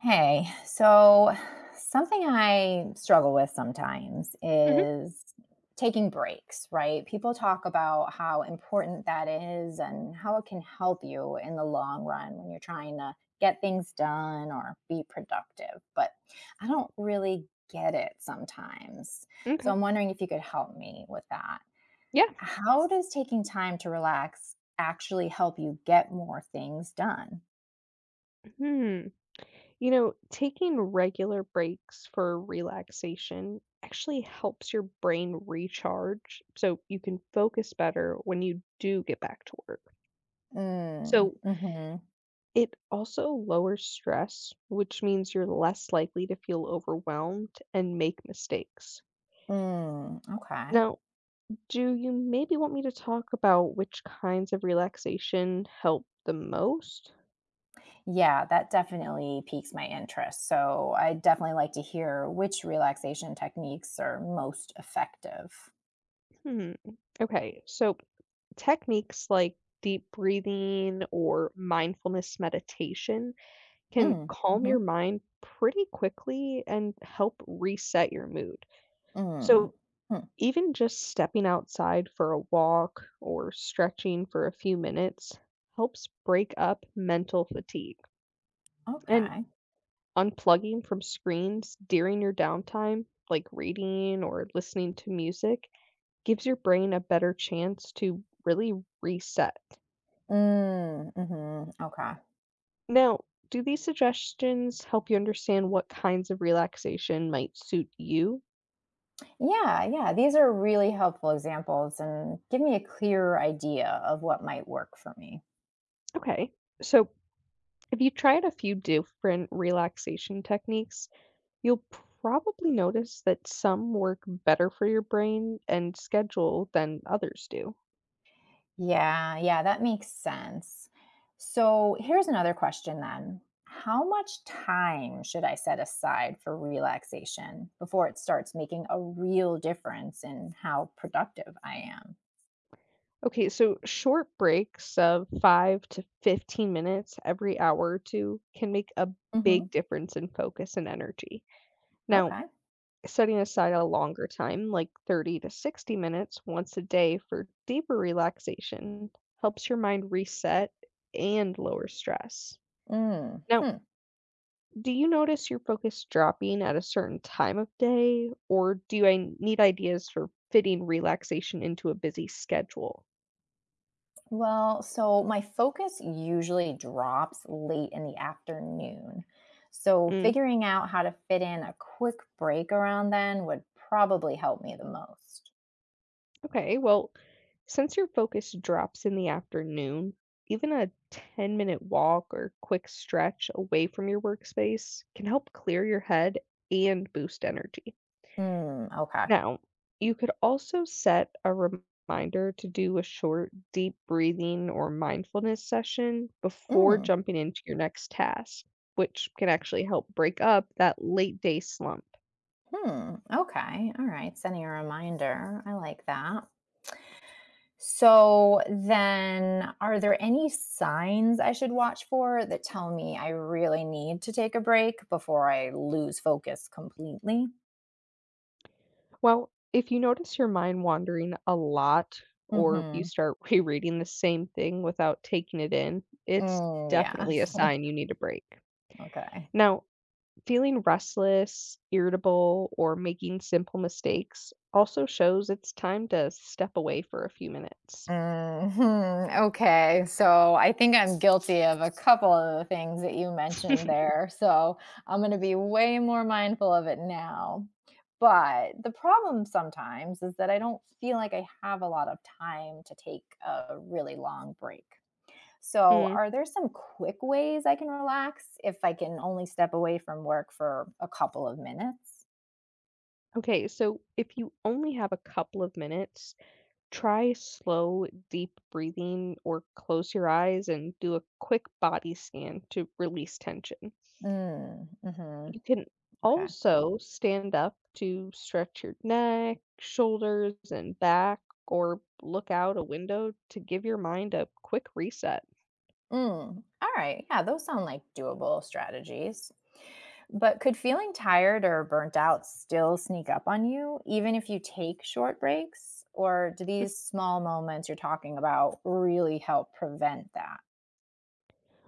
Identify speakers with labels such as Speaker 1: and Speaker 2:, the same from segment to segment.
Speaker 1: Hey, so something I struggle with sometimes
Speaker 2: Mhm.
Speaker 1: is taking breaks, right? People talk about how important that is and how it can help you in the long run when you're trying to get things done or be productive. But I don't really get it sometimes. So
Speaker 2: Okay.
Speaker 1: I'm wondering if you could help me with that.
Speaker 2: Yeah.
Speaker 1: How does taking time to relax actually help you get more things done?
Speaker 2: Hmm. You know, taking regular breaks for relaxation actually helps your brain recharge so you can focus better when you do get back to work.
Speaker 1: Mm,
Speaker 2: So
Speaker 1: hmm.
Speaker 2: it also lowers stress, which means you're less likely to feel overwhelmed and make mistakes.
Speaker 1: Mm, okay.
Speaker 2: Now, do you maybe want me to talk about which kinds of relaxation help the most?
Speaker 1: Yeah, that definitely piques my interest. So I definitely like to hear which relaxation techniques are most effective.
Speaker 2: Hmm. Okay. So techniques like deep breathing or mindfulness meditation can
Speaker 1: Mm,
Speaker 2: calm
Speaker 1: hmm.
Speaker 2: your mind pretty quickly and help reset your mood.
Speaker 1: Mm,
Speaker 2: So,
Speaker 1: hmm,
Speaker 2: even just stepping outside for a walk or stretching for a few minutes helps break up mental fatigue. And
Speaker 1: okay.
Speaker 2: unplugging from screens during your downtime, like reading or listening to music, gives your brain a better chance to really reset.
Speaker 1: Mm, hmm, okay.
Speaker 2: Now, do these suggestions help you understand what kinds of relaxation might suit you?
Speaker 1: Yeah, yeah. These are really helpful examples and give me a clearer idea of what might work for me.
Speaker 2: Okay. So, if you tried a few different relaxation techniques, you'll probably notice that some work better for your brain and schedule than others do.
Speaker 1: Yeah, yeah, that makes sense. So here's another question then. How much time should I set aside for relaxation before it starts making a real difference in how productive I am?
Speaker 2: Okay, so short breaks of 5 to 15 minutes every hour or two can make a big
Speaker 1: Hmm.
Speaker 2: difference in focus and energy. Now,
Speaker 1: Okay.
Speaker 2: setting aside a longer time, like 30 to 60 minutes once a day for deeper relaxation, helps your mind reset and lower stress.
Speaker 1: Mm,
Speaker 2: Now,
Speaker 1: hmm.
Speaker 2: do you notice your focus dropping at a certain time of day, or do I need ideas for fitting relaxation into a busy schedule?
Speaker 1: Well, so my focus usually drops late in the afternoon. So figuring out how to fit in a quick break around then would probably help me the most.
Speaker 2: Okay, well, since your focus drops in the afternoon, even a 10-minute walk or quick stretch away from your workspace can help clear your head and boost energy.
Speaker 1: Mm, okay.
Speaker 2: Now, you could also set a reminder to do a short, deep breathing or mindfulness session before
Speaker 1: Mm,
Speaker 2: jumping into your next task, which can actually help break up that late day slump.
Speaker 1: hmm. Okay. All right. Sending a reminder. I like that. So then, are there any signs I should watch for that tell me I really need to take a break before I lose focus completely?
Speaker 2: Well, if you notice your mind wandering a lot or you
Speaker 1: Mm-hmm.
Speaker 2: start rereading the same thing without taking it in, it's
Speaker 1: Mm, yeah.
Speaker 2: definitely a sign you need a break.
Speaker 1: Okay.
Speaker 2: Now, feeling restless, irritable, or making simple mistakes also shows it's time to step away for a few minutes.
Speaker 1: Mhm, okay, so I think I'm guilty of a couple of the things that you mentioned there, so I'm gonna be way more mindful of it now. But the problem sometimes is that I don't feel like I have a lot of time to take a really long break. So,
Speaker 2: Mm,
Speaker 1: are there some quick ways I can relax if I can only step away from work for a couple of minutes?
Speaker 2: Okay, so if you only have a couple of minutes, try slow, deep breathing or close your eyes and do a quick body scan to release tension.
Speaker 1: Mm, mhm,
Speaker 2: You can
Speaker 1: okay.
Speaker 2: also stand up to stretch your neck, shoulders, and back, or look out a window to give your mind a quick reset.
Speaker 1: Mm, all right, yeah, those sound like doable strategies. But could feeling tired or burnt out still sneak up on you, even if you take short breaks? Or do these small moments you're talking about really help prevent that?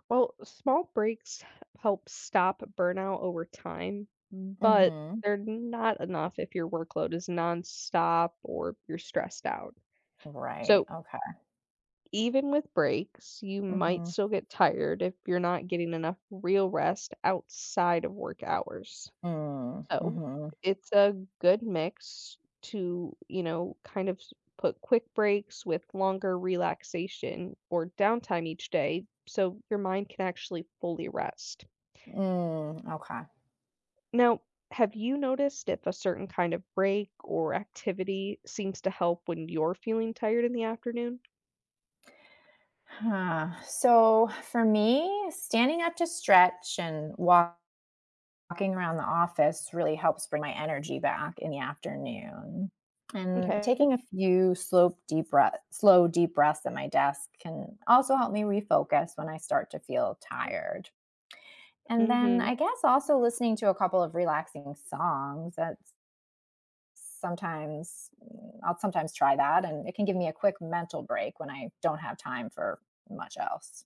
Speaker 2: Well, small breaks help stop burnout over time, but
Speaker 1: Hmm.
Speaker 2: they're not enough if your workload is nonstop or you're stressed out.
Speaker 1: Right.
Speaker 2: So,
Speaker 1: Okay.
Speaker 2: even with breaks, you might
Speaker 1: Mm-hmm.
Speaker 2: still get tired if you're not getting enough real rest outside of work hours.
Speaker 1: Mm,
Speaker 2: So,
Speaker 1: mm-hmm.
Speaker 2: it's a good mix to, kind of s put quick breaks with longer relaxation or downtime each day so your mind can actually fully rest.
Speaker 1: Mm, okay.
Speaker 2: Now, have you noticed if a certain kind of break or activity seems to help when you're feeling tired in the afternoon?
Speaker 1: Huh. So for me, standing up to stretch and walking around the office really helps bring my energy back in the afternoon. And
Speaker 2: Okay.
Speaker 1: taking a few slow deep breaths at my desk can also help me refocus when I start to feel tired. And then
Speaker 2: Mhm.
Speaker 1: I guess also listening to a couple of relaxing songs that's sometimes I'll sometimes try that, and it can give me a quick mental break when I don't have time for much else.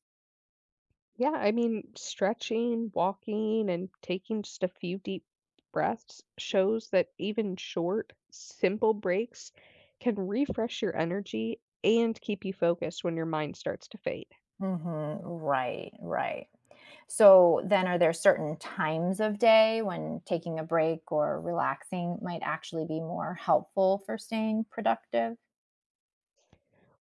Speaker 2: Yeah, I mean, stretching, walking, and taking just a few deep breaths shows that even short, simple breaks can refresh your energy and keep you focused when your mind starts to fade.
Speaker 1: Mhm. Right, right. So then are there certain times of day when taking a break or relaxing might actually be more helpful for staying productive?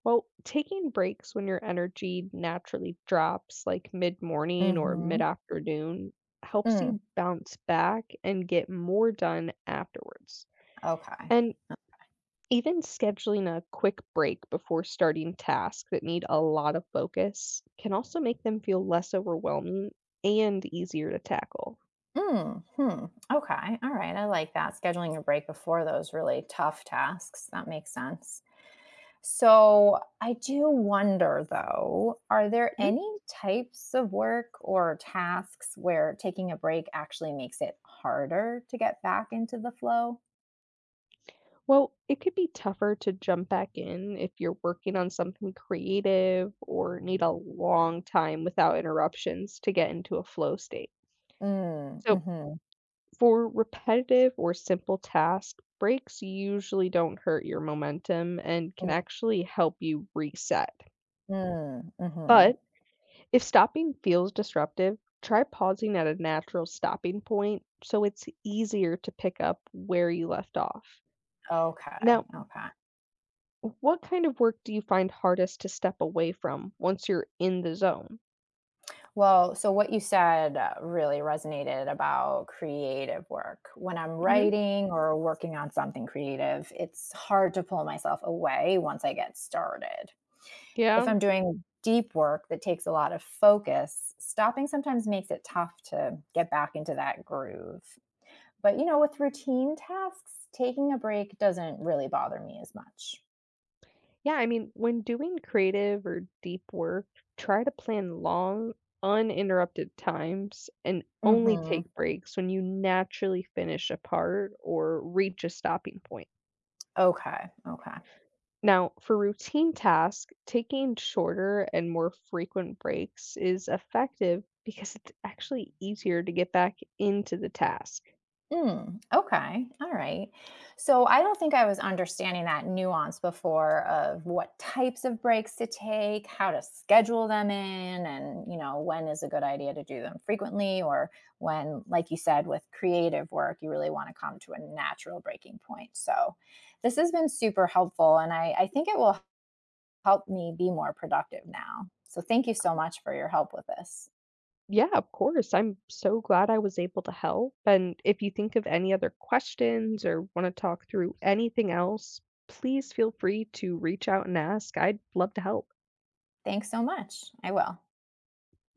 Speaker 2: Well, taking breaks when your energy naturally drops, like mid morning or mid
Speaker 1: Mhm.
Speaker 2: afternoon, helps
Speaker 1: Mm,
Speaker 2: you bounce back and get more done afterwards.
Speaker 1: okay.
Speaker 2: And even scheduling a quick break before starting tasks that need a lot of focus can also make them feel less overwhelming and easier to tackle.
Speaker 1: Mm, hmm. Okay. All right. I like that. Scheduling a break before those really tough tasks. That makes sense. So I do wonder though, are there
Speaker 2: Mhm.
Speaker 1: any types of work or tasks where taking a break actually makes it harder to get back into the flow?
Speaker 2: Well, it could be tougher to jump back in if you're working on something creative or need a long time without interruptions to get into a flow state.
Speaker 1: Mm,
Speaker 2: So,
Speaker 1: mhm,
Speaker 2: for repetitive or simple tasks, breaks usually don't hurt your momentum and can
Speaker 1: mm,
Speaker 2: actually help you reset.
Speaker 1: mm, mhm.
Speaker 2: But if stopping feels disruptive, try pausing at a natural stopping point so it's easier to pick up where you left off.
Speaker 1: Okay,
Speaker 2: Now,
Speaker 1: okay.
Speaker 2: what kind of work do you find hardest to step away from once you're in the zone?
Speaker 1: Well, so what you said, really resonated about creative work. When I'm
Speaker 2: hmm
Speaker 1: writing or working on something creative, it's hard to pull myself away once I get started. If
Speaker 2: Yeah.
Speaker 1: I'm doing deep work that takes a lot of focus, stopping sometimes makes it tough to get back into that groove. But, you know, with routine tasks, taking a break doesn't really bother me as much.
Speaker 2: Yeah, I mean, when doing creative or deep work, try to plan long, uninterrupted times and only
Speaker 1: Mhm.
Speaker 2: take breaks when you naturally finish a part or reach a stopping point.
Speaker 1: Okay, okay.
Speaker 2: Now, for routine tasks, taking shorter and more frequent breaks is effective because it's actually easier to get back into the task.
Speaker 1: Mm, okay, all right. So I don't think I was understanding that nuance before of what types of breaks to take, how to schedule them in, and, you know, when is a good idea to do them frequently, or when, like you said, with creative work, you really want to come to a natural breaking point. So this has been super helpful, and I think it will help me be more productive now. So thank you so much for your help with this.
Speaker 2: Yeah, of course. I'm so glad I was able to help. And if you think of any other questions or want to talk through anything else, please feel free to reach out and ask. I'd love to help.
Speaker 1: Thanks so much. I will.